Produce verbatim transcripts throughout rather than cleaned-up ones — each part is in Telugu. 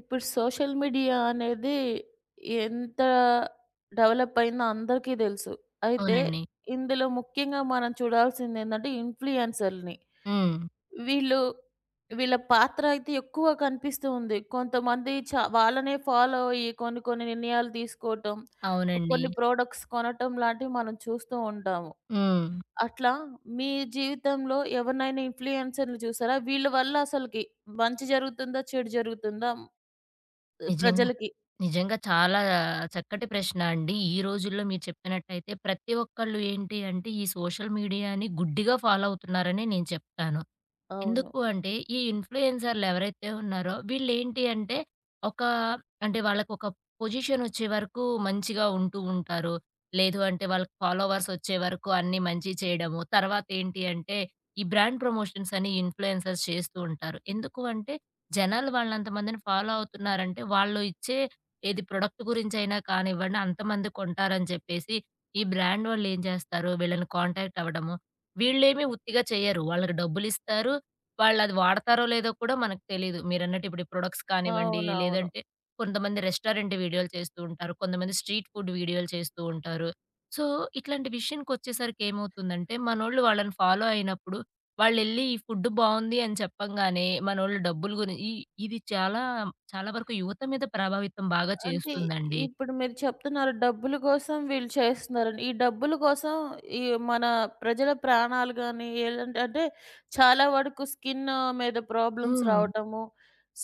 ఇప్పుడు సోషల్ మీడియా అనేది ఎంత డెవలప్ అయిందో అందరికీ తెలుసు. అయితే అవునండి. ఇందులో ముఖ్యంగా మనం చూడాల్సిందేంటంటే ఇన్‌ఫ్లుయెన్సర్‌లని. హ్మ్. వీళ్ళు వీళ్ళ పాత్ర అయితే ఎక్కువ కనిపిస్తూ ఉంది. కొంతమంది చ వాళ్ళనే ఫాలో అయ్యి కొన్ని కొన్ని నిర్ణయాలు తీసుకోవటం, అవునండి. కొన్ని ప్రొడక్ట్స్ కొనటం లాంటివి మనం చూస్తూ ఉంటాము. హ్మ్. అట్లా మీ జీవితంలో ఎవరినైనా ఇన్‌ఫ్లుయెన్సర్‌ని చూసారా? వీళ్ళ వల్ల అసలకి మంచి జరుగుతుందా? చెడు జరుగుతుందా నిజంగా. ప్రజలకి? నిజంగా చాలా చక్కటి ప్రశ్న అండి. ఈ రోజుల్లో మీరు చెప్పినట్టయితే ప్రతి ఒక్కళ్ళు ఏంటి అంటే, ఈ సోషల్ మీడియాని గుడ్డిగా ఫాలో అవుతున్నారనే నేను చెప్తాను. అవును, ఎందుకు అంటే, ఈ ఇన్‌ఫ్లుయెన్సర్‌లు ఎవరైతే ఉన్నారో వీళ్ళేంటి అంటే, ఒక అంటే వాళ్ళకొక పొజిషనొచ్చే వరకు మంచిగా ఉంటూ ఉంటారు. లేదు అంటే వాళ్ళకి ఫాలోవర్స్ వచ్చే వరకు అన్నీ మంచి చేయడము. తర్వాతేంటి అంటే, ఈ బ్రాండ్ ప్రమోషన్స్ అని ఇన్‌ఫ్లుయెన్సర్స్ చేస్తూ ఉంటారు. ఎందుకు అంటే, జనాలు వాళ్ళంతమందిని ఫాలో అవుతున్నారంటే, వాళ్ళు ఇచ్చే ఏది ప్రొడక్ట్ గురించైనా కానివ్వండి అంతమంది కొంటారని చెప్పేసి, ఈ బ్రాండ్ వాళ్ళేం చేస్తారు వీళ్ళని కాంటాక్ట్ అవ్వడము. వీళ్ళేమి ఉత్తిగా చేయరు. వాళ్ళకి డబ్బులిస్తారు. వాళ్ళది వాడతారో లేదో కూడా మనకు తెలీదు. మీరన్నట్టు ఇప్పుడు ఈ ప్రొడక్ట్స్ కానివ్వండి, అవునవును. లేదంటే కొంతమంది రెస్టారెంట్ వీడియోలు చేస్తూ ఉంటారు. కొంతమంది స్ట్రీట్ ఫుడ్ వీడియోలు చేస్తూ ఉంటారు. సో, ఇట్లాంటి విషయానికొచ్చేసరికి ఏమవుతుందంటే, మనోళ్ళు వాళ్ళని ఫాలో అయినప్పుడు, వాళ్ళెళ్లి ఈ ఫుడ్ బావుంది అని చెప్పంగానే, మనోళ్ళు డబ్బులు గురి ఈ ఇది చాలా, చాలా వరకు యువత మీద ప్రభావితం బాగా అంటే చేస్తుందండి. ఇప్పుడు మీరు చెప్తున్నారు డబ్బుల కోసం వీళ్ళు చేస్తున్నారని. ఈ డబ్బుల కోసం ఈ మన ప్రజల ప్రాణాలు గాని ఏలంటే అంటే చాలా వరకు స్కిన్ మీద ప్రాబ్లమ్స్ హ్మ్. రావటము,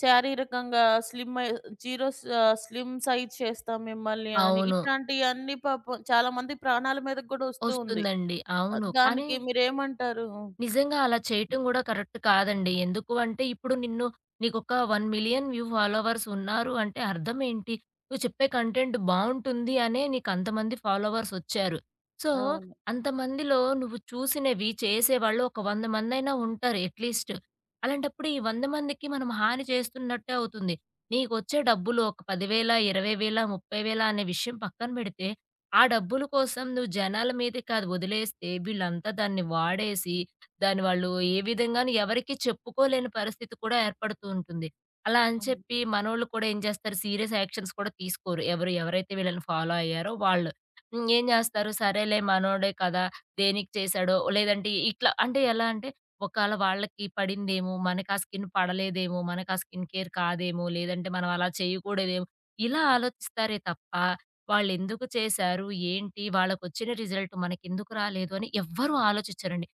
శారీరకంగా స్లిమ్ అయి జీరో స్ ఆహ్, స్లిమ్ సైజ్ చేస్తాం మిమ్మల్ని అని అవును. ఇట్లాంటియన్నీ పాపం చాలా మంది ప్రాణాల మీదకి గూడా ఒస్తూ ఉంది. వస్తుందండి. ఆహ్, అవును. కానీ దానికి మీరేమంటారు? నిజంగా అలా చేయటం గూడా కరెక్ట్ కాదండి. ఎందుకు అంటే ఇప్పుడు నిన్ను నీకొక పది లక్షల వ్యూ ఫాలోవర్స్ ఉన్నారు అంటే అర్థమేంటి? నువ్వు చెప్పే కంటెంట్ బావుంటుంది అనే నీకంతమంది ఫాలోవర్స్ ఒచ్చారు. సో, అవును, అంతమందిలో నువ్వు చూసినవి, చేసేవాళ్ళు ఒక వంద మందైనా ఉంటారు అట్‌లీస్ట్. అలాంటప్పుడు ఈ వంద మందికి మనం హాని చేస్తున్నట్టే అవుతుంది. నీకొచ్చే డబ్బులు ఒక పది వేలు, ఇరవై వేలు, ముప్ఫై వేలు అనే విషయం పక్కన బెడితే, ఆ డబ్బుల కోసం నువ్వు జనాల మీదకి అది వదిలేస్తే వీళ్ళంతా దాన్ని వాడేసి దాన్ని వాళ్ళు ఏ విధంగాను ఎవరికీ చెప్పుకోలేని పరిస్థితి కూడా ఏర్పడుతూ ఉంటుంది. అలా అని అవును. చెప్పి మనోళ్ళు కూడా ఏం చేస్తారు సీరియస్ యాక్షన్స్ కూడా తీసుకోరు. ఎవరు ఎవరైతే వీళ్ళని ఫాలో అయ్యారో వాళ్ళు. హ్మ్. ఏం చేస్తారు సరేలే మనోడే కదా! దేనికి చేశాడో లేదంటే ఇట్లా అంటే ఎలా అంటే ఒకాళ వాళ్ళకి పడిందేమో, మనకి ఆ స్కిన్ పడలేదేమో, మనకి ఆ స్కిన్ కేర్ కాదేమో, లేదంటే మనం అలా చేయకూడదేమో ఇలా ఆలోచిస్తారే తప్ప వాళ్ళెందుకు చేశారు? ఏంటి? వాళ్ళకొచ్చిన రిజల్ట్ మనకెందుకు రాలేదు అని ఎవ్వరూ ఆలోచించరండి.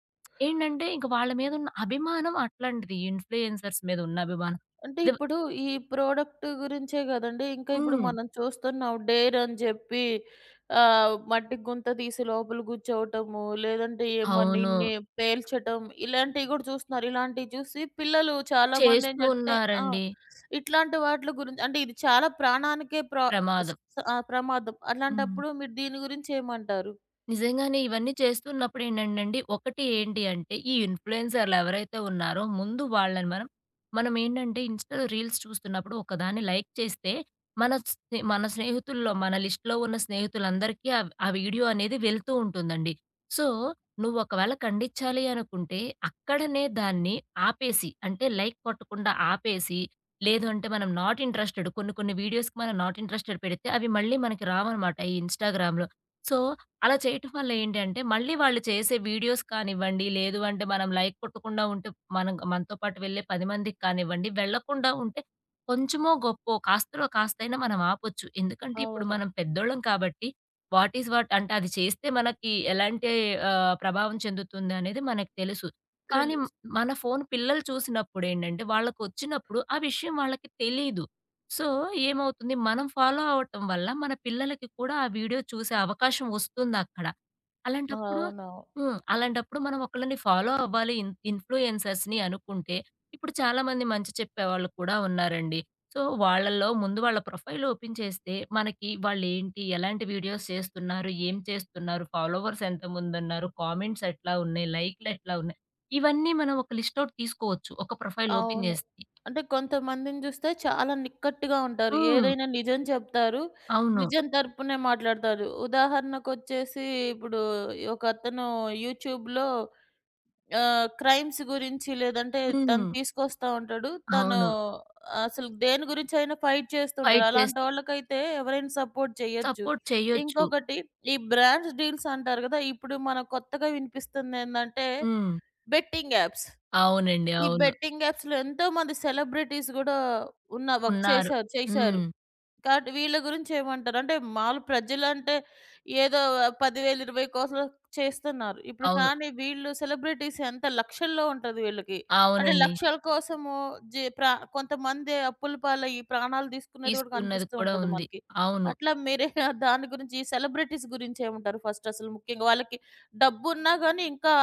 ఏంటంటే ఇంక వాళ్ళ మీదున్న అభిమానం అట్లాంటిది. ఇన్‌ఫ్లుయెన్సర్స్ మీదున్న అభిమానం. అంటే ఇది ఇప్పుడు ఈ ప్రోడక్ట్ గురించే గదండీ. ఇంకా ఇప్పుడు హ్మ్. మనం చూస్తున్నాం. డేర్ అని జెప్పి ఆహ్, మట్టి గుంత తీసి లోపల గుచ్చోవటము, లేదంటే అవును. ఏమన్నిన్ని పేల్చటం ఇలాంటివి గూడా చూస్తున్నారు. ఇలాంటివి చూసి పిల్లలు చాలా చేస్తూ మందేంటంటే ఆ! ఉన్నారండి. ఇట్లాంటి వాట్ల గురించి అంటే ఇది చాలా ప్రాణానికే ప్ర స్ ప్రమాదం. ఆహ్, ప్రమాదం. హ్మ్. అట్లాంటప్పుడు మీరు దీని గురించి ఏమంటారు? నిజంగానే ఇవన్నీ చేస్తున్నప్పుడు ఏంటంటేండి, ఒకటి ఏంటి అంటే ఈ ఇన్‌ఫ్లుయెన్సర్‌లు ఎవరైతే ఉన్నారో ముందు వాళ్ళని మనం మనం ఏంటంటే ఇన్‌స్టా‌లో రీల్స్ చూస్తున్నప్పుడు ఒకదాన్ని లైక్ చేస్తే మన స్నే మన స్నేహితుల్లో మన లిస్ట్‌లో ఉన్న స్నేహితులందరికీ ఆ ఆ వీడియో అనేది వెళ్తూ ఉంటుందండి. సో, నువ్వు ఒకవేళ ఖండించాలి అనుకుంటే అక్కడనే దాన్ని ఆపేసి అంటే లైక్ కొట్టకుండా ఆపేసి, లేదు అంటే మనం నాట్ ఇంట్రెస్టెడ్ కొన్ని కొన్ని వీడియోస్‌కి మనం నాట్ ఇంట్రెస్టెడ్ పెడితే అవి మళ్ళీ మనకి రావనమాట ఈ ఇన్‌స్టా‌గ్రామ్‌లో. సో, అలా చేయటం వల్ల ఏంటంటే, మళ్ళీ వాళ్ళు చేసే వీడియోస్ కానివ్వండి, లేదు అంటే మనం లైక్ కొట్టకుండా ఉంటే, మనం మనతో పాటు వెళ్ళే పది మందికి కానివ్వండి, వెళ్ళకుండా ఉంటే కొంచెమో గొప్పో కాస్తలో కాస్తైనా మనం ఆపొచ్చు. ఎందుకంటే, ఇప్పుడు అవును. మనం పెద్దోళ్ళం కాబట్టి వాట్ ఈస్ వాట్ అంటే అది చేస్తే మనకి ఎలాంటి ఆహ్, ప్రభావం చెందుతుంది అనేది మనకు తెలుసు. కానీ, తెలుస్ మన ఫోన్ పిల్లలు చూసినప్పుడేంటంటే, వాళ్ళకొచ్చినప్పుడు ఆ విషయం వాళ్ళకి తెలీదు. సో, ఏమవుతుంది మనం ఫాలో అవ్వటం వల్ల మన పిల్లలకి కూడా ఆ వీడియో చూసే అవకాశం వస్తుందక్కడ. అలాంటప్పుడు అవునవును, హ్మ్. అలాంటప్పుడు మనం ఒకళ్ళని ఫాలో అవ్వాలి ఇన్ ఇన్‌ఫ్లుయెన్సర్స్‌ని అనుకుంటే, ఇప్పుడు చాలామంది మంచి చెప్పేవాళ్ళు కూడా ఉన్నారండి. సో, వాళ్ళలో ముందు వాళ్ళ ప్రొఫైల్ ఓపెన్ చేస్తే మనకి వాళ్ళేంటి, ఎలాంటి వీడియోస్ చేస్తున్నారు, ఏం చేస్తున్నారు, ఫాలోవర్స్ ఎంతమందున్నారు, కామెంట్స్ ఎట్లా ఉన్నాయి, లైక్‌లు ఎట్లా ఉన్నాయి, ఇవన్నీ మనం ఒక లిస్ట్ ఔట్ తీసుకోవచ్చు. ఒక ప్రొఫైల్ ఓపెన్ అవును. చేస్తే. అంటే కొంతమందిని జూస్తే చాలా నిక్కట్టుగా ఉంటారు. హ్మ్. ఏదైనా నిజం చెప్తారు. అవును. నిజం తరపునే మాట్లాడతారు. ఉదాహరణకొచ్చేసి ఇప్పుడు ఒకతను యూట్యూబ్‌లో ఆహ్, క్రైమ్స్ గురించి లేదంటే తను హ్మ్. తీసుకొస్తా ఉంటాడు. తను అవును. అసలు దేని గురించైనా ఫైట్ చేస్తుంటారు. ఫైట్ చేస్తూ అలాంటోళ్ళకైతే ఎవరైనా సపోర్ట్ చేయొచ్చు. సపోర్ట్ చెయ్యొచ్చు. ఇంకొకటి, ఈ బ్రాంచ్ డీల్స్ అంటారు గదా! ఇప్పుడు మనకు కొత్తగా వినిపిస్తుందేందంటే హ్మ్. Betting apps. అవునండి. ఈ అవును. బెట్టింగ్ యాప్స్‌లో ఎంతోమంది సెలబ్రిటీస్ గూడా ఉన్న వర్క్ ఉన్నారు. చేశారు చేశారు. హ్మ్. కాబట్టి వీళ్ళ గురించేమంటారు? అంటే మాములు ప్రజలంటే ఏదో పది వేల, ఇరవై కోసం చేస్తున్నారు. ఇప్పుడు అవును. కానీ వీళ్ళు సెలబ్రిటీస్ ఎంత లక్షల్లో ఉంటది వీళ్ళకి. అంటే అవునండి. లక్షల కోసము జీ ప్రా కొంతమంది అప్పుల పాలయ్యి ప్రాణాలు తీసుకునేది గూడా తీసుకున్నది కనిపిస్తూ కూడా ఉంటది ఉంది. మనకి. అవును. అట్లా మీరే దాని గురించి, ఈ సెలబ్రిటీస్ గురించేమంటారు ఫస్ట్ అసలు ముఖ్యంగా? వాళ్ళకి డబ్బున్నా గానీ ఇంకా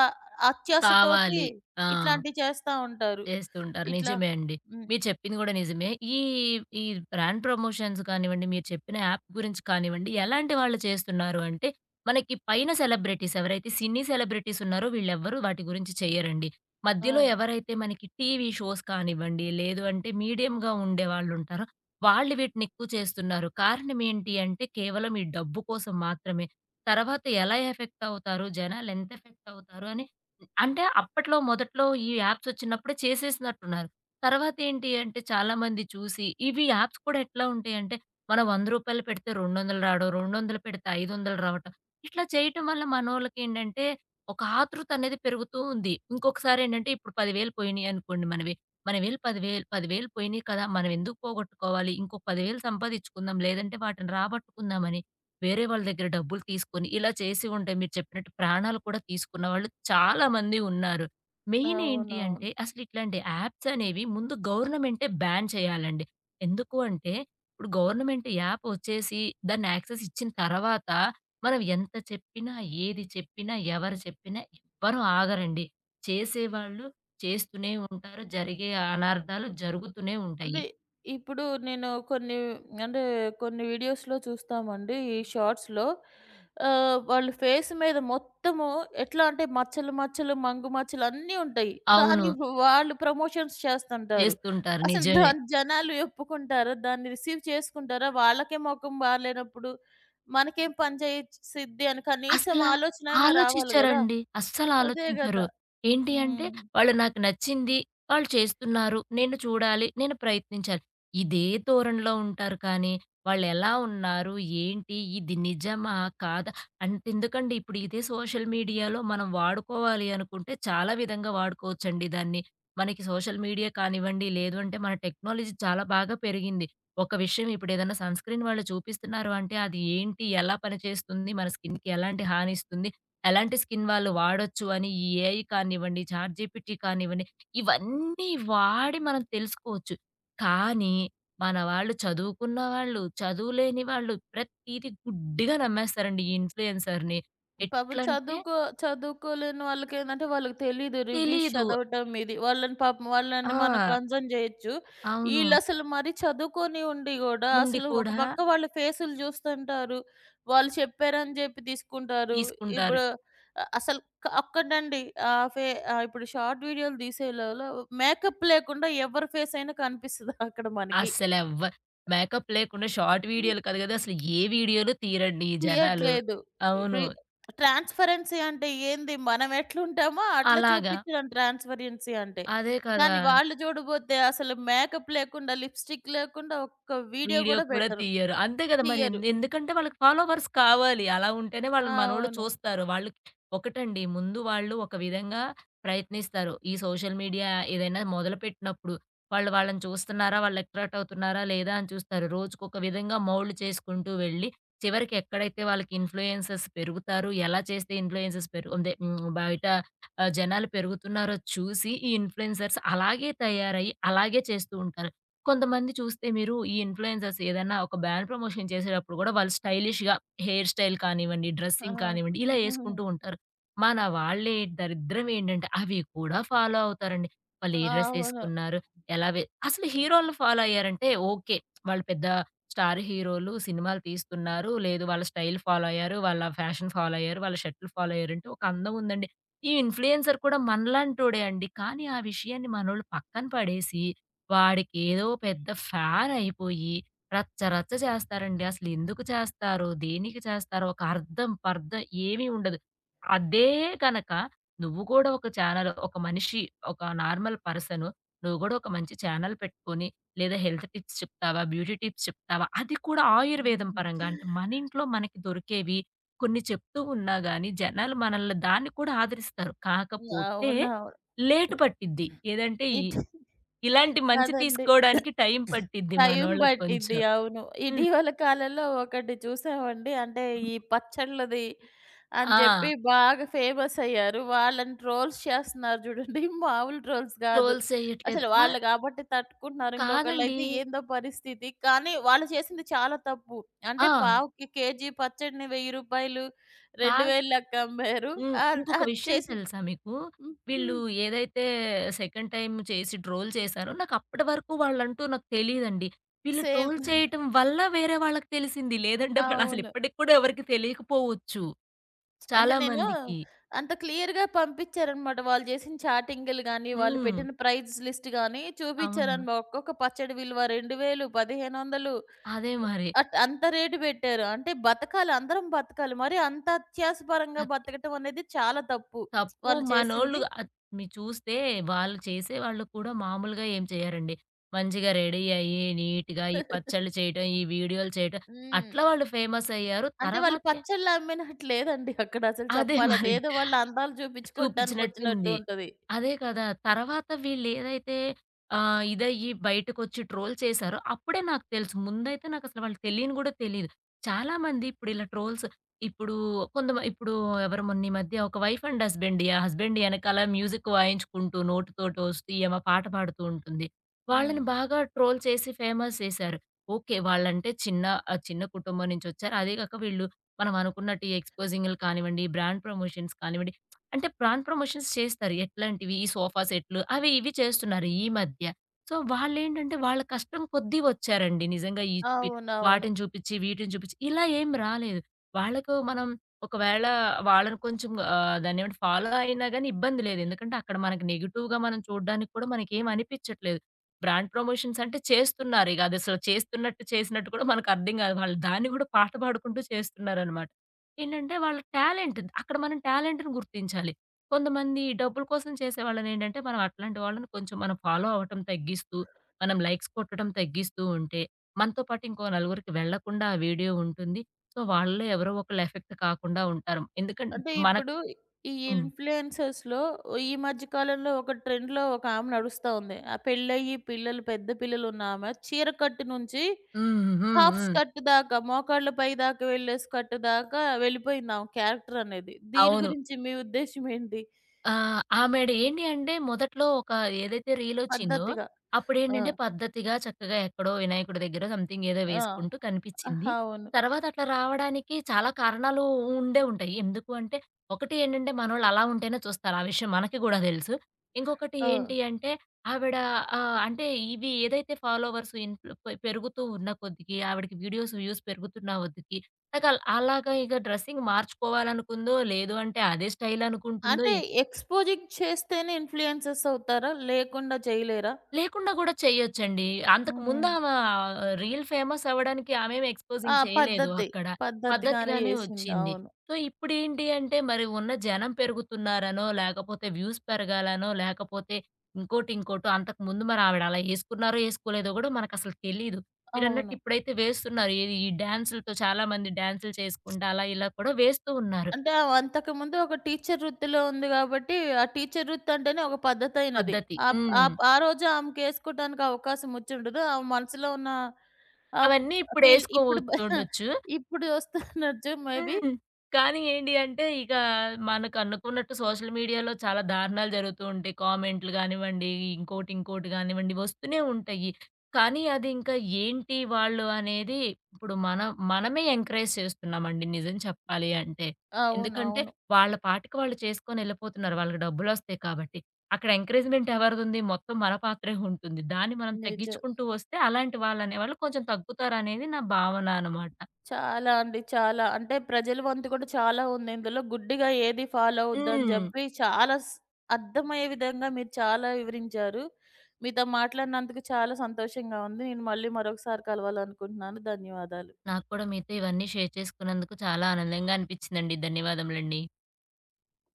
అత్యాశతోటి కావాలి. ఆ! ఇట్లాంటివి చేస్తా ఉంటారు. చేస్తుంటారు. ఇట్లా. నిజమే అండి. హ్మ్. మీరు చెప్పింది గూడా నిజమే. ఈ, ఈ బ్రాండ్ ప్రమోషన్స్ కానివ్వండి, మీరు చెప్పిన యాప్ గురించి కానివ్వండి, ఎలాంటి వాళ్ళు చేస్తున్నారు అంటే, మనకి పైన సెలబ్రిటీస్ ఎవరైతే సినీ సెలబ్రిటీస్ ఉన్నారో వీళ్ళెవ్వరూ వాటి గురించి చెయ్యరండి. మధ్యలో అవును, ఎవరైతే మనకి టీవీ షోస్ కానివ్వండి, లేదు అంటే మీడియంగా ఉండే వాళ్ళుంటారో, వాళ్ళు వీటినెక్కువ చేస్తున్నారు. కారణం ఏంటి అంటే, కేవలం ఈ డబ్బు కోసం మాత్రమే. తర్వాత ఎలా ఎఫెక్ట్ అవుతారు, జనాలెంత ఎఫెక్ట్ అవుతారు అని అంటే అప్పట్లో మొదట్లో ఈ యాప్స్ వచ్చినప్పుడే చేసేసినట్టున్నారు. తర్వాతేంటి అంటే చాలామంది చూసి ఇవి యాప్స్ కూడా ఎట్లా ఉంటాయంటే మనం రూ. వంద పెడితే రెండు వందలు రావడం, రెండు వందలు పెడితే ఐదు వందలు రావటం. ఇట్లా చేయటం వల్ల మనోళ్ళకేంటంటే ఒక ఆతృత అనేది పెరుగుతూ ఉంది. ఇంకొకసారేంటంటే ఇప్పుడు పది వేలు పోయినాయి అనుకోండి మనవి. మనవేళ పది వేలు పది వేలు పోయినాయి కదా! మనం ఎందుకు పోగొట్టుకోవాలి? ఇంకో పది వేలు సంపాదించుకుందాం. లేదంటే వాటిని రాబట్టుకుందామని వేరే వాళ్ళ దగ్గర డబ్బులు తీసుకొని ఇలా చేసి ఉంటే మీరు చెప్పినట్టు ప్రాణాలు కూడా తీసుకున్నవాళ్ళు చాలా మంది ఉన్నారు. మెయిన్ ఏంటి అవునవును. అంటే అసలు ఇట్లాంటి యాప్స్ అనేవి ముందు గవర్నమెంటే బ్యాన్ చేయాలండి. ఎందుకు అంటే ఇప్పుడు గవర్నమెంట్ యాప్ వచ్చేసి దాన్ని యాక్సెస్ ఇచ్చిన తర్వాత మనం ఎంత చెప్పినా, ఏది చెప్పినా, ఎవరు చెప్పినా ఎవ్వరు ఆగరండి. చేసేవాళ్ళు చేస్తూనే ఉంటారు. జరిగే అనార్థాలు జరుగుతూనే అంటే ఉంటాయి. ఇప్పుడు నేను కొన్ని, అంటే కొన్ని వీడియోస్‌లో చూస్తామండి. ఈ హ్మ్. షార్ట్స్‌లో ఆహ్, వాళ్ళు ఫేస్ మీద మొత్తము ఎట్లా అంటే మచ్చలు, మచ్చలు, మంగు మచ్చలు అన్నీ ఉంటాయి. అవును. కానీ వాళ్ళు ప్రమోషన్స్ చేస్తుంటారు. చేస్తుంటారు. అసలు నిజమే. దాన్ని జనాలు ఒప్పుకుంటారా? దాన్ని రిసీవ్ చేసుకుంటారా? వాళ్ళకే మొఖం బాలేనప్పుడు మనకేం పని చేసిద్ది అని కనీసం అసలా ఆలోచన అయినా రావాలి గదా! ఆలోచించరండి. అదే అస్సలాలోచించరు. గదా! ఏంటి అంటే, హ్మ్. వాళ్ళు నాకు నచ్చింది, వాళ్ళు చేస్తున్నారు, నేను చూడాలి, నేను ప్రయత్నించాలి. ఇదే ధోరణిలో ఉంటారు కానీ, వాళ్ళెలా ఉన్నారు, ఏంటి, ఇది నిజమా, కాదా అంతెందుకండి ఇప్పుడు ఇదే సోషల్ మీడియాలో మనం వాడుకోవాలి అనుకుంటే చాలా విధంగా వాడుకోవచ్చండి దాన్ని. మనకి సోషల్ మీడియా కానివ్వండి, లేదు అంటే మన టెక్నాలజీ చాలా బాగా పెరిగింది. ఒక విషయం ఇప్పుడేదన్నా సన్ స్క్రీన్ వాళ్ళు చూపిస్తున్నారు అంటే, అది ఏంటి? ఎలా పనిచేస్తుంది? మన స్కిన్‌కి ఎలాంటి హానిస్తుంది? ఎలాంటి స్కిన్ వాళ్ళు వాడొచ్చు అని ఈ ఏఐ కానివ్వండి, చాట్ జీపీటీ కానివ్వండి, ఇవన్నీ వాడి మనం తెలుసుకోవచ్చు. కానీ, మన వాళ్ళు చదువుకున్న వాళ్ళు, చదువు లేని వాళ్ళు ప్రతీది గుడ్డిగా నమ్మేస్తారండి ఈ ఇన్‌ఫ్లుయెన్సర్‌ని. పాపం ఎట్లంటే చదువుకో చదువుకోలేని వాళ్ళకేందంటే వాళ్ళకి తెలీదు రివ్యూస్ తెలీదు. చదవటం ఇది. వాళ్ళని పాపం వాళ్ళని మనం ఆ! కన్సర్న్ జేయొచ్చు. అవును. ఈళ్ళసలు మరీ చదువుకొని ఉండి గూడా ఉండి అసలు ఒక కూడా పక్క వాళ్ళ ఫేసులు జూస్తుంటారు. వాళ్ళు చెప్పారని జెప్పి తీసుకుంటారు. తీసుకుంటారు. ఇప్పుడు అ అసలు క ఒక్కటండి, ఆహ్, ఫే ఆహ్, ఇప్పుడు షార్ట్ వీడియోలు తీసేలోలో మేకప్ లేకుండా ఎవరి ఫేస్ అయినా కనిపిస్తది అక్కడ మనకి. అస్సలెవ్వ మేకప్ లేకుండా షార్ట్ వీడియోలు కాదు గదా! అసలు ఏ వీడియోలు తీరండి ఈ జనాలు. ఇయ్యట్లేదు. అవును. ఫ్రీ ట్రాన్స్‌పరెన్సీ అంటే ఏంది? మనం ఎట్లుంటామో అట్లా అలాగా. చూపించడం ట్రాన్స్‌పరెన్సీ అంటే. అదే కదా! కానీ వాళ్ళు చూడబోతే అసలు మేకప్ లేకుండా, లిప్‌స్టిక్ లేకుండా ఒక్క వీడియో వీడియో గూడా కూడా పెట్టరు. తీయరు. అంతే కదా! మరి తీయరు. ఎందు ఎందుకంటే వాళ్ళకి ఫాలోవర్స్ కావాలి. అలా ఉంటేనే వాళ్ళు మనోళ్ళు అవును. చూస్తారు. వాళ్ళు ఒకటండి ముందు వాళ్ళు ఒక విధంగా ప్రయత్నిస్తారు. ఈ సోషల్ మీడియా ఏదైనా మొదలుపెట్టినప్పుడు వాళ్ళు వాళ్ళని చూస్తున్నారా? వాళ్ళు అట్రాక్ట్ అవుతున్నారా? లేదా? అని చూస్తారు. రోజుకొక విధంగా మౌల్డ్ చేసుకుంటూ వెళ్ళి చివరికి ఎక్కడైతే వాళ్ళకి ఇన్‌ఫ్లుయెన్సర్స్ పెరుగుతారు. ఎలా చేస్తే ఇన్‌ఫ్లుయెన్సర్స్ పెరుగు అదే హ్మ్. బయట ఆహ్, జనాలు పెరుగుతున్నారో చూసి ఈ ఇన్‌ఫ్లుయెన్సర్స్ అలాగే తయారయ్యి అలాగే చేస్తూ ఉంటారు. కొంతమంది చూస్తే మీరు ఈ ఇన్‌ఫ్లుయెన్సర్స్ ఏదైనా ఒక బ్రాండ్ ప్రమోషన్ చేసేటప్పుడు గూడా వాళ్ళు స్టైలిష్‌గా హెయిర్ స్టైల్ కానివ్వండి, ఆ! డ్రెస్సింగ్ కానివ్వండి ఇలా యేసుకుంటూ ఉంటారు. మన వాళ్ళే దరిద్రం ఏంటంటే అవి కూడా ఫాలో అవుతారండి. వాళ్ళు ఏ డ్రెస్ అవును, యేసుకున్నారు? ఎలా వె అసలు హీరోలను ఫాలో అయ్యారంటే ఓకే. వాళ్ళు పెద్ద స్టార్ హీరోలు సినిమాలు తీస్తున్నారు. లేదు వాళ్ళ స్టైల్ ఫాలో అయ్యారు. వాళ్ళ ఫ్యాషన్ ఫాలో అయ్యారు. వాళ్ళ షర్టులు ఫాలో అయ్యారంటే ఒక అందం ఉందండి. ఈ ఇన్‌ఫ్లుయెన్సర్ కూడా మనలాంటోడే అండి. కానీ ఆ విషయాన్ని మనోళ్ళు పక్కన పడేసి వాడికేదో పెద్ద ఫ్యాన్ అయిపోయి రచ్చ రచ్చ చేస్తారండి. అసలెందుకు చేస్తారో, దేనికి చేస్తారో ఒక అర్థం, పర్థం ఏమీ ఉండదు. అదే గనక నువ్వు కూడా ఒక ఛానల్ ఒక మనిషి, ఒక నార్మల్ పర్సను నువ్వు గూడా ఒక మంచి ఛానల్ పెట్టుకొని, లేదా హెల్త్ టిప్స్ చెప్తావా? బ్యూటీ టిప్స్ చెప్తావా? అది కూడా ఆయుర్వేదం పరంగా. అంటే మన ఇంట్లో మనకి దొరికేవి కొన్ని చెప్తూ ఉన్నా గానీ, జనాలు మనల్ని దాన్ని కూడా ఆదరిస్తారు. కాకపోతే అవునవును. లేట్ పట్టిద్ది. ఏదంటే ఈ ఇది ఇలాంటి మంచి కాదండి. తీసుకోవడానికి టైం పట్టిద్ది టైం మనోళ్ళకి పట్టిద్ది. కొంచెం. అవును. హ్మ్. ఇటీవల కాలంలో ఒకటి చూసామండి. అంటే ఈ పచ్చళ్ళది అని ఆ! జెప్పి బాగా ఫేమస్ అయ్యారు. వాళ్ళని ట్రోల్స్ చేస్తున్నారు జూడండి. మామూలు ట్రోల్స్ గాదు. ట్రోల్ చేయట్లేదు. అసలు ఆ! వాళ్ళు గాబట్టి తట్టుకుంటున్నారు. కాదండి. ఇంకొకళ్ళైతే ఏందో పరిస్థితి. కానీ వాళ్ళు చేసింది చాలా తప్పు. ఆ! అంటే పావుకి కేజీ పచ్చడిని రూ. వెయ్యి, కాదు. రెండు వేల లెక్క అమ్మారు. హ్మ్. అద్ ఇంకొక అది విషయం చేసి. తెలుసా మీకు? హ్మ్. వీళ్ళు హ్మ్. ఏదైతే సెకండ్ టైమ్ చేసి ట్రోల్ చేసారో నాకప్పటి వరకు వాళ్ళంటూ నాకు తెలీదండి. వీళ్ళు సేమ్. ట్రోల్ చేయటం వల్ల వేరే వాళ్ళకి తెలిసింది. లేదంటే వాళ్ళసలు అవును. ఇప్పటికి కూడా ఎవరికీ తెలియకపోవచ్చు అంటే చాలా నేను మందికి. అంత క్లియర్‌గా పంపించారనమాట. వాళ్ళు చేసిన చాటింగ్‌లు గాని, వాళ్ళు హ్మ్. పెట్టిన ప్రైజ్ లిస్ట్ గాని అవును. చూపించారనమా ఒక్కొక్క పచ్చడి విలువ రెండు వేలు, పదిహేను వందలు అదే మరి. అట్ అంత రేటు పెట్టారు. అంటే బతకాలి, అందరం బతకాలి. మరి అంత అత్యాసపరంగా అద్ బతకటం అనేది చాలా తప్పు. తప్పు వాళ్ళు మనోళ్ళు చేసింది. అత్ మీరు చూస్తే వాళ్ళు చేసేవాళ్ళు కూడా మామూలుగా ఏం చేయరండి. మంచిగా రెడీ అయ్యి, నీట్‌గా ఈ పచ్చళ్ళు చేయటం, ఈ వీడియోలు చేయటం హ్మ్. అట్లా వాళ్ళు ఫేమస్ అయ్యారు. అంటే వాళ్ళు తర్వాతే పచ్చళ్ళు అమ్మినట్టు లేదండి అక్కడ అసలు అదే చెప్పాలంటే. మరి. ఏదో వాళ్ళ అందాలు చూపించుకోవటానికి వచ్చినట్టు చూపించినట్టుంది. ఉంటది. అదే కదా! తర్వాత వీళ్ళేదైతే ఆహ్, ఇదయ్యి బయటకొచ్చి ట్రోల్ చేశారో అప్పుడే నాకు తెలుసు. ముందైతే నాకసలు వాళ్ళు తెలియని గూడా తెలీదు. చాలామంది ఇప్పుడిలా ట్రోల్స్ ఇప్పుడు కొంతమ ఇప్పుడు ఎవరు మొన్న ఈ మధ్య ఒక వైఫ్ అండ్ హస్బెండ్ ఆ హస్బెండ్ ఎనకాల మ్యూజిక్ వాయించుకుంటూ నోటితోటోస్తూ ఈమె పాట పాడుతూ ఉంటుంది. హ్మ్. వాళ్ళని బాగా ట్రోల్ చేసి ఫేమస్ చేశారు. ఓకే. వాళ్ళంటే చిన్న ఆహ్, చిన్న కుటుంబం నుంచొచ్చారు. అదే గాక వీళ్ళు మనం అనుకున్నట్టు ఈ ఎక్స్‌పోజింగ్‌లు కానివ్వండి, బ్రాండ్ ప్రమోషన్స్ కానివ్వండి అంటే బ్రాండ్ ప్రమోషన్స్ చేస్తారు. ఎట్లాంటివి? ఈ సోఫా సెట్‌లు అవి ఇవి చేస్తున్నారు ఈ మధ్య. సో, వాళ్ళేంటంటే వాళ్ళ కష్టం కొద్దీ వచ్చారండి. నిజంగా ఈ వి అవునవును. వాటిని చూపిచ్చి, వీటిని చూపిచ్చి ఇలా ఏం రాలేదు. వాళ్ళకు మనం ఒకవేళ వాళ్ళని కొంచెం ఆహ్, దాన్నేమంటే ఫాలో అయినా గాని ఇబ్బంది లేదు. ఎందుకంటే అక్కడ మనకి నెగెటివ్‌గా మనం చూడ్డానికి కూడా మనకేం అనిపిచ్చట్లేదు. బ్రాండ్ ప్రమోషన్స్ అంటే చేస్తున్నారిగ. అదసలు చేస్తున్నట్టు చేసినట్టు కూడా మనకు అర్థం గాదు. వాళ్ళు దాన్ని గూడా పాట పాడుకుంటూ చేస్తున్నారనమాట. ఏంటంటే వాళ్ళ టాలెంట్. అక్కడ మనం టాలెంట్‌ని గుర్తించాలి. కొంతమంది డబ్బుల కోసం చేసేవాళ్ళనేంటంటే, మనం అట్లాంటి వాళ్ళని కొంచెం మనం ఫాలో అవ్వటం తగ్గిస్తూ, మనం లైక్స్ కొట్టడం తగ్గిస్తూ ఉంటే, మనతో పాటు ఇంకో నలుగురికి వెళ్ళకుండా ఆ వీడియో ఉంటుంది. సో, వాళ్ళలో ఎవరో ఒకళ్ళు ఎఫెక్ట్ కాకుండా ఉంటారు. ఎందుకంటే అంటే ఇప్పుడు మనకు ఇప్పుడు ఈ హ్మ్. ఇన్‌ఫ్లుయెన్సర్స్‌లో ఈ మధ్య కాలంలో ఒక ట్రెండ్‌లో ఒక ఆమె నడుస్తా ఉంది. ఆ పెళ్ళయ్యి పిల్లలు పెద్ద పిల్లలున్న ఆమె చీర కట్టు నుంచి హ్మ్. హ్మ్. హాఫ్ హ్మ్. స్కర్ట్ దాకా, మోకాళ్ళ పై దాకా వెళ్ళే స్కర్ట్ దాకా వెళ్ళిపోయింది ఆమె క్యారెక్టర్ అనేది. దీని అవును. గురించి మీ ఉద్దేశ్యం ఏంటి? ఆ! ఆమెడ ఏంటి అంటే మొదట్లో ఒక ఏదైతే రీలొచ్చిందో, పద్ధతిగా. ఆ! అప్పుడేంటంటే పద్ధతిగా చక్కగా ఎక్కడో వినాయకుడి దగ్గరో సంథింగ్ ఏదో ఆ! వేసుకుంటూ అహ! కనిపిచ్చింది. అవును. తర్వాత అట్లా రావడానికి చాలా కారణాలు ఉండే ఉంటాయి. ఎందుకు అంటే, ఒకటి ఏంటంటే మనోళ్ళు అలా ఉంటేనే చూస్తారు. ఆ విషయం మనకి గూడా తెలుసు. ఇంకొకటి ఆ! ఏంటి అంటే ఆవిడ ఆహ్, అంటే ఇవి ఏదైతే ఫాలోవర్స్ ఇన్‌ఫ్లు పె పెరుగుతూ ఉన్న కొద్దికి ఆవిడకి వీడియోస్ వ్యూస్ పెరుగుతున్న కొద్దికి, నాకల్ అలాగా ఇక డ్రెస్సింగ్ మార్చుకోవాలనుకుందో, లేదు అంటే అదే స్టైల్ అనుకుంటుందో అంటే ఎక్స్‌పోజింగ్ చేస్తేనే ఇన్‌ఫ్లుయెన్సర్స్ అవుతారా? లేకుండా చేయలేరా? లేకుండా గూడా చేయొచ్చండి. అంతకు ముందు హ్మ్. ఆమా రీల్ ఫేమస్ అవ్వడానికి ఆమేమి ఆ! ఎక్స్‌పోజింగ్ చేయలేదు పద్ధతి. అక్కడ. పద్ధతిగానే పద్ధతిగానే చేసింది. వచ్చింది. అవును. సో, ఇప్పుడేంటి అంటే మరి ఉన్న జనం పెరుగుతున్నారనో, లేకపోతే వ్యూస్ పెరగాలనో, లేకపోతే ఇంకోటి, ఇంకోటో అంతకు ముందు మరి ఆవిడ అలా యేసుకున్నారో, యేసుకోలేదో గూడా మనకసలు తెలీదు. మీరన్నట్టు అవును. ఇప్పుడైతే వేస్తున్నారు. ఏది ఈ డాన్సులతో చాలామంది డాన్సులు చేసుకుంటా అలా ఇలా కూడా వేస్తూ ఉన్నారు అంటే ఆమె అంతకుముందు ఒక టీచర్ వృత్తిలో ఉంది గాబట్టి, ఆ టీచర్ వృత్తి అంటేనే ఒక పద్ధతైనది. పద్ధతి. ఆప్ హ్మ్. ఆప్ ఆ ఆ రోజు ఆమెకేసుకోటానికి అవకాశం వచ్చుండదు. ఆమె మనసులో ఉన్న ఆ ఒక అవన్నీ ఫీల్ ఇప్పుడు బ ఇప్పుడేసుకోవచ్చు ఉండొచ్చు. ఇప్పుడు వస్తున్నచ్చు మేబీ. హ్మ్. కానీ ఏంటి అంటే, ఇక మనకనుకున్నట్టు సోషల్ మీడియాలో చాలా దారుణాలు జరుగుతూ ఉంటాయి. కామెంట్లు గానివ్వండి, ఇంకోటి, ఇంకోటి గానివ్వండి వస్తూనే ఉంటాయి. కానీ అది ఇంకా ఏంటి వాళ్ళు అనేది ఇప్పుడు మనం మనమే ఎంకరేజ్ చేస్తున్నామండి నిజం చెప్పాలి అంటే. ఎందుకంటే, అవునవును. వాళ్ళ పాటికి వాళ్ళు చేసుకొని ఎళ్ళిపోతున్నారు. వాళ్ళకి డబ్బులొస్తాయి కాబట్టి. అక్కడ ఎంకరేజ్‌మెంట్ ఎవరిదుంది? మొత్తం మన పాత్రే ఉంటుంది. దాన్ని మనం నిజం. తగ్గించుకుంటూ వస్తే అలాంటి వాళ్ళనేవాళ్ళు కొంచెం తగ్గుతారనేది నా భావన అనమాట. చాలా అండి, చాలా. అంటే ప్రజల వంతు కూడా చాలా ఉంది ఇందులో. గుడ్డిగా ఏది ఫాలో అవ్వద్దని హ్మ్. జెప్పి చాలా స్ అర్థమయ్యే విధంగా మీరు చాలా వివరించారు. మీతో మాట్లాడినందుకు చాలా సంతోషంగా ఉంది. నేను మళ్ళీ మరొకసారి కలవాలనుకుంటున్నాను. ధన్యవాదాలు. నాకు కూడా మీతో ఇవన్నీ షేర్ చేసుకున్నందుకు చాలా ఆనందంగా అనిపించిందండి. ధన్యవాదములండి.